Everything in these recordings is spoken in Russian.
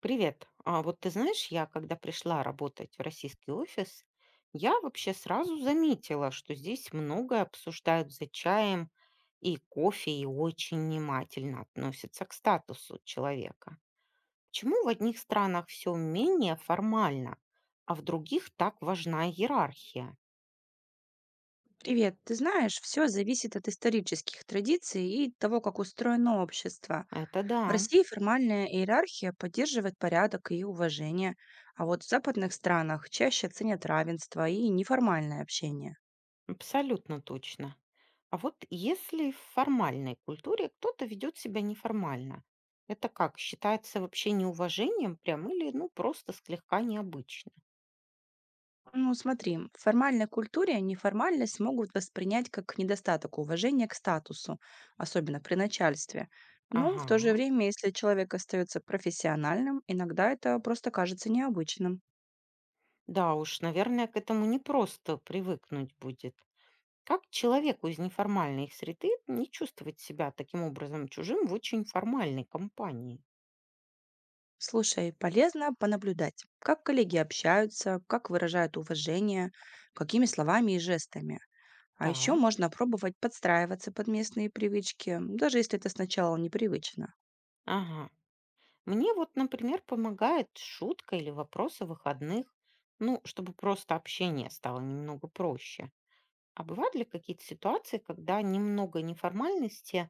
Привет. А вот ты знаешь, я когда пришла работать в российский офис, я вообще сразу заметила, что здесь многое обсуждают за чаем и кофе, и очень внимательно относятся к статусу человека. Почему в одних странах все менее формально, а в других так важна иерархия? Привет. Ты знаешь, все зависит от исторических традиций и того, как устроено общество. Это В да. России формальная иерархия поддерживает порядок и уважение, а вот в западных странах чаще ценят равенство и неформальное общение. Абсолютно точно. А вот если в формальной культуре кто-то ведет себя неформально, это как, считается вообще неуважением прям или ну просто слегка необычно? Ну, смотри, в формальной культуре неформальность могут воспринять как недостаток уважения к статусу, особенно при начальстве. Но в то же Ага. время, если человек остается профессиональным, иногда это просто кажется необычным. Да уж, наверное, к этому не просто привыкнуть будет. Как человеку из неформальной среды не чувствовать себя таким образом чужим в очень формальной компании? Слушай, полезно понаблюдать, как коллеги общаются, как выражают уважение, какими словами и жестами. А еще Так. можно пробовать подстраиваться под местные привычки, даже если это сначала непривычно. Ага. Мне вот, например, помогает шутка или вопрос о выходных, ну, чтобы просто общение стало немного проще. А бывают ли какие-то ситуации, когда немного неформальности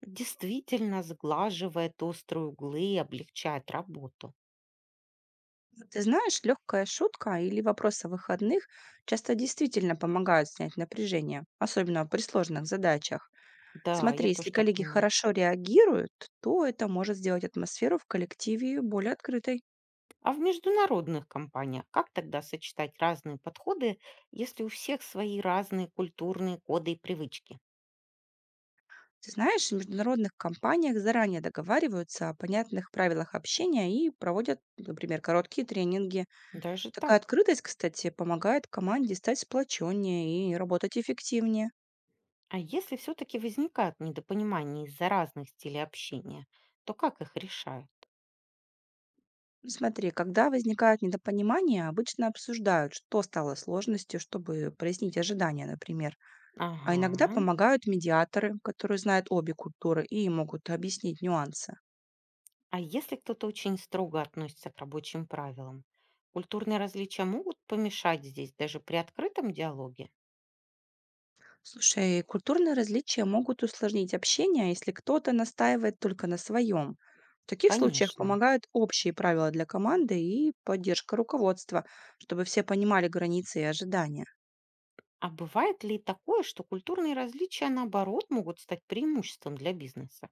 действительно сглаживает острые углы и облегчает работу? Вот, ты знаешь, легкая шутка или вопрос о выходных часто действительно помогают снять напряжение, особенно при сложных задачах. Да, я Смотри, если тоже так коллеги думаю. хорошо реагируют, то это может сделать атмосферу в коллективе более открытой. А в международных компаниях как тогда сочетать разные подходы, если у всех свои разные культурные коды и привычки? Ты знаешь, в международных компаниях заранее договариваются о понятных правилах общения и проводят, например, короткие тренинги. Даже Такая так. открытость, кстати, помогает команде стать сплоченнее и работать эффективнее. А если все-таки возникают недопонимания из-за разных стилей общения, то как их решают? Смотри, когда возникают недопонимания, обычно обсуждают, что стало сложностью, чтобы прояснить ожидания, например. А иногда Ага. помогают медиаторы, которые знают обе культуры и могут объяснить нюансы. А если кто-то очень строго относится к рабочим правилам, культурные различия могут помешать здесь даже при открытом диалоге? Слушай, культурные различия могут усложнить общение, если кто-то настаивает только на своем. В таких случаях Конечно. помогают общие правила для команды и поддержка руководства, чтобы все понимали границы и ожидания. А бывает ли такое, что культурные различия, наоборот, могут стать преимуществом для бизнеса?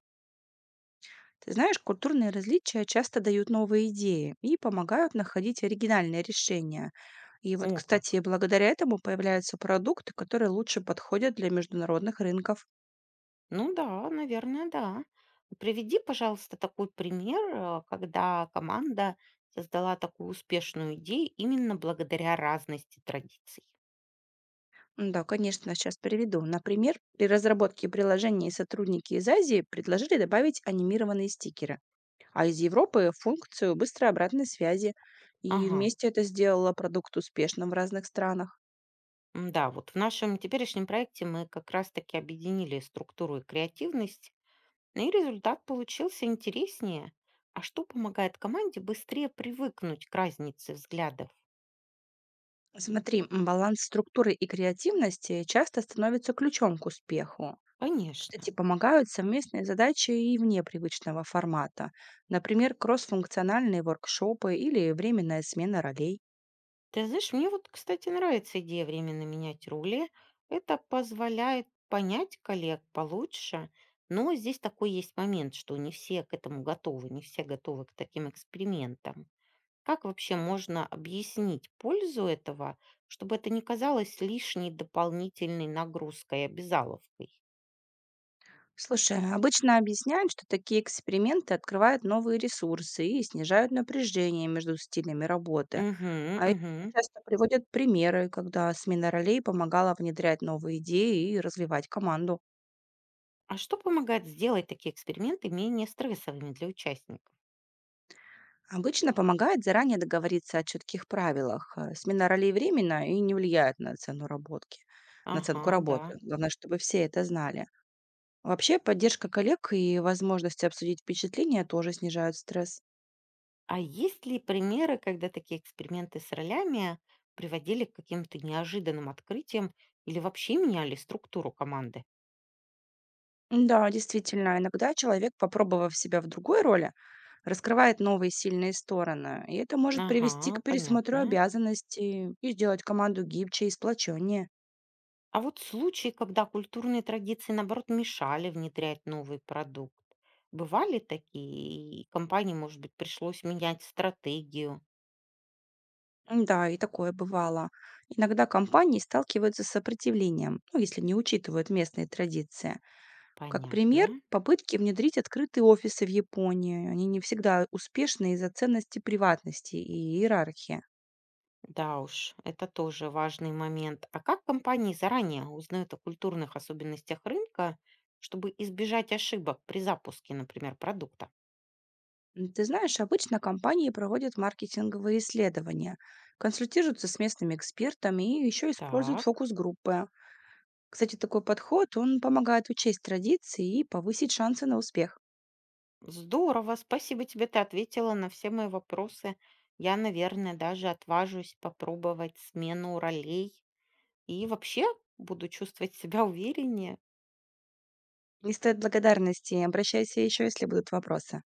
Ты знаешь, культурные различия часто дают новые идеи и помогают находить оригинальные решения. И вот, О кстати, как! благодаря этому появляются продукты, которые лучше подходят для международных рынков. Ну да, наверное, да. Приведи, пожалуйста, такой пример, когда команда создала такую успешную идею именно благодаря разности традиций. Да, конечно, сейчас приведу. Например, при разработке приложений сотрудники из Азии предложили добавить анимированные стикеры, а из Европы– функцию быстрой обратной связи. И Ага, вместе это сделало продукт успешным в разных странах. м, да, вот в нашем теперешнем проекте мы как раз-таки объединили структуру и креативность, ну и результат получился интереснее. А что помогает команде быстрее привыкнуть к разнице взглядов? Смотри, баланс структуры и креативности часто становится ключом к успеху. Кстати, Конечно. помогают совместные задачи и вне привычного формата. Например, кроссфункциональные воркшопы или временная смена ролей. Ты знаешь, мне вот, кстати, нравится идея временно менять рули. Это позволяет понять коллег получше, но здесь такой есть момент, что не все к этому готовы, не все готовы к таким экспериментам. Как вообще можно объяснить пользу этого, чтобы это не казалось лишней дополнительной нагрузкой и обязаловкой? Слушай, а обычно объясняют, что такие эксперименты открывают новые ресурсы и снижают напряжение между стилями работы. Угу, А еще угу. часто приводят примеры, когда смена ролей помогала внедрять новые идеи и развивать команду. А что помогает сделать такие эксперименты менее стрессовыми для участников? Обычно помогает заранее договориться о четких правилах. Смена ролей временно и не влияет на на Ага, оценку да. работы. Главное, чтобы все это знали. Вообще, поддержка коллег и возможности обсудить впечатления тоже снижают стресс. А есть ли примеры, когда такие эксперименты с ролями приводили к каким-то неожиданным открытиям или вообще меняли структуру команды? Да, действительно, иногда человек, попробовав себя в другой роли, раскрывает новые сильные стороны, и это может привести к Ага, пересмотру понятно. обязанностей и сделать команду гибче и сплоченнее. А вот случаи, когда культурные традиции, наоборот, мешали внедрять новый продукт, бывали такие, и компании, может быть, пришлось менять стратегию? Да, и такое бывало. Иногда компании сталкиваются с сопротивлением, ну, если не учитывают местные традиции. Как пример, Понятно. попытки внедрить открытые офисы в Японии. Они не всегда успешны из-за ценности приватности и иерархии. Да уж, это тоже важный момент. А как компании заранее узнают о культурных особенностях рынка, чтобы избежать ошибок при запуске, например, продукта? Ты знаешь, обычно компании проводят маркетинговые исследования, консультируются с местными экспертами и еще используют Так, фокус-группы. Кстати, такой подход, он помогает учесть традиции и повысить шансы на успех. здорово, спасибо тебе, ты ответила на все мои вопросы. Я, наверное, даже отважусь попробовать смену ролей и вообще буду чувствовать себя увереннее. Не стоит благодарности, обращайся еще, если будут вопросы.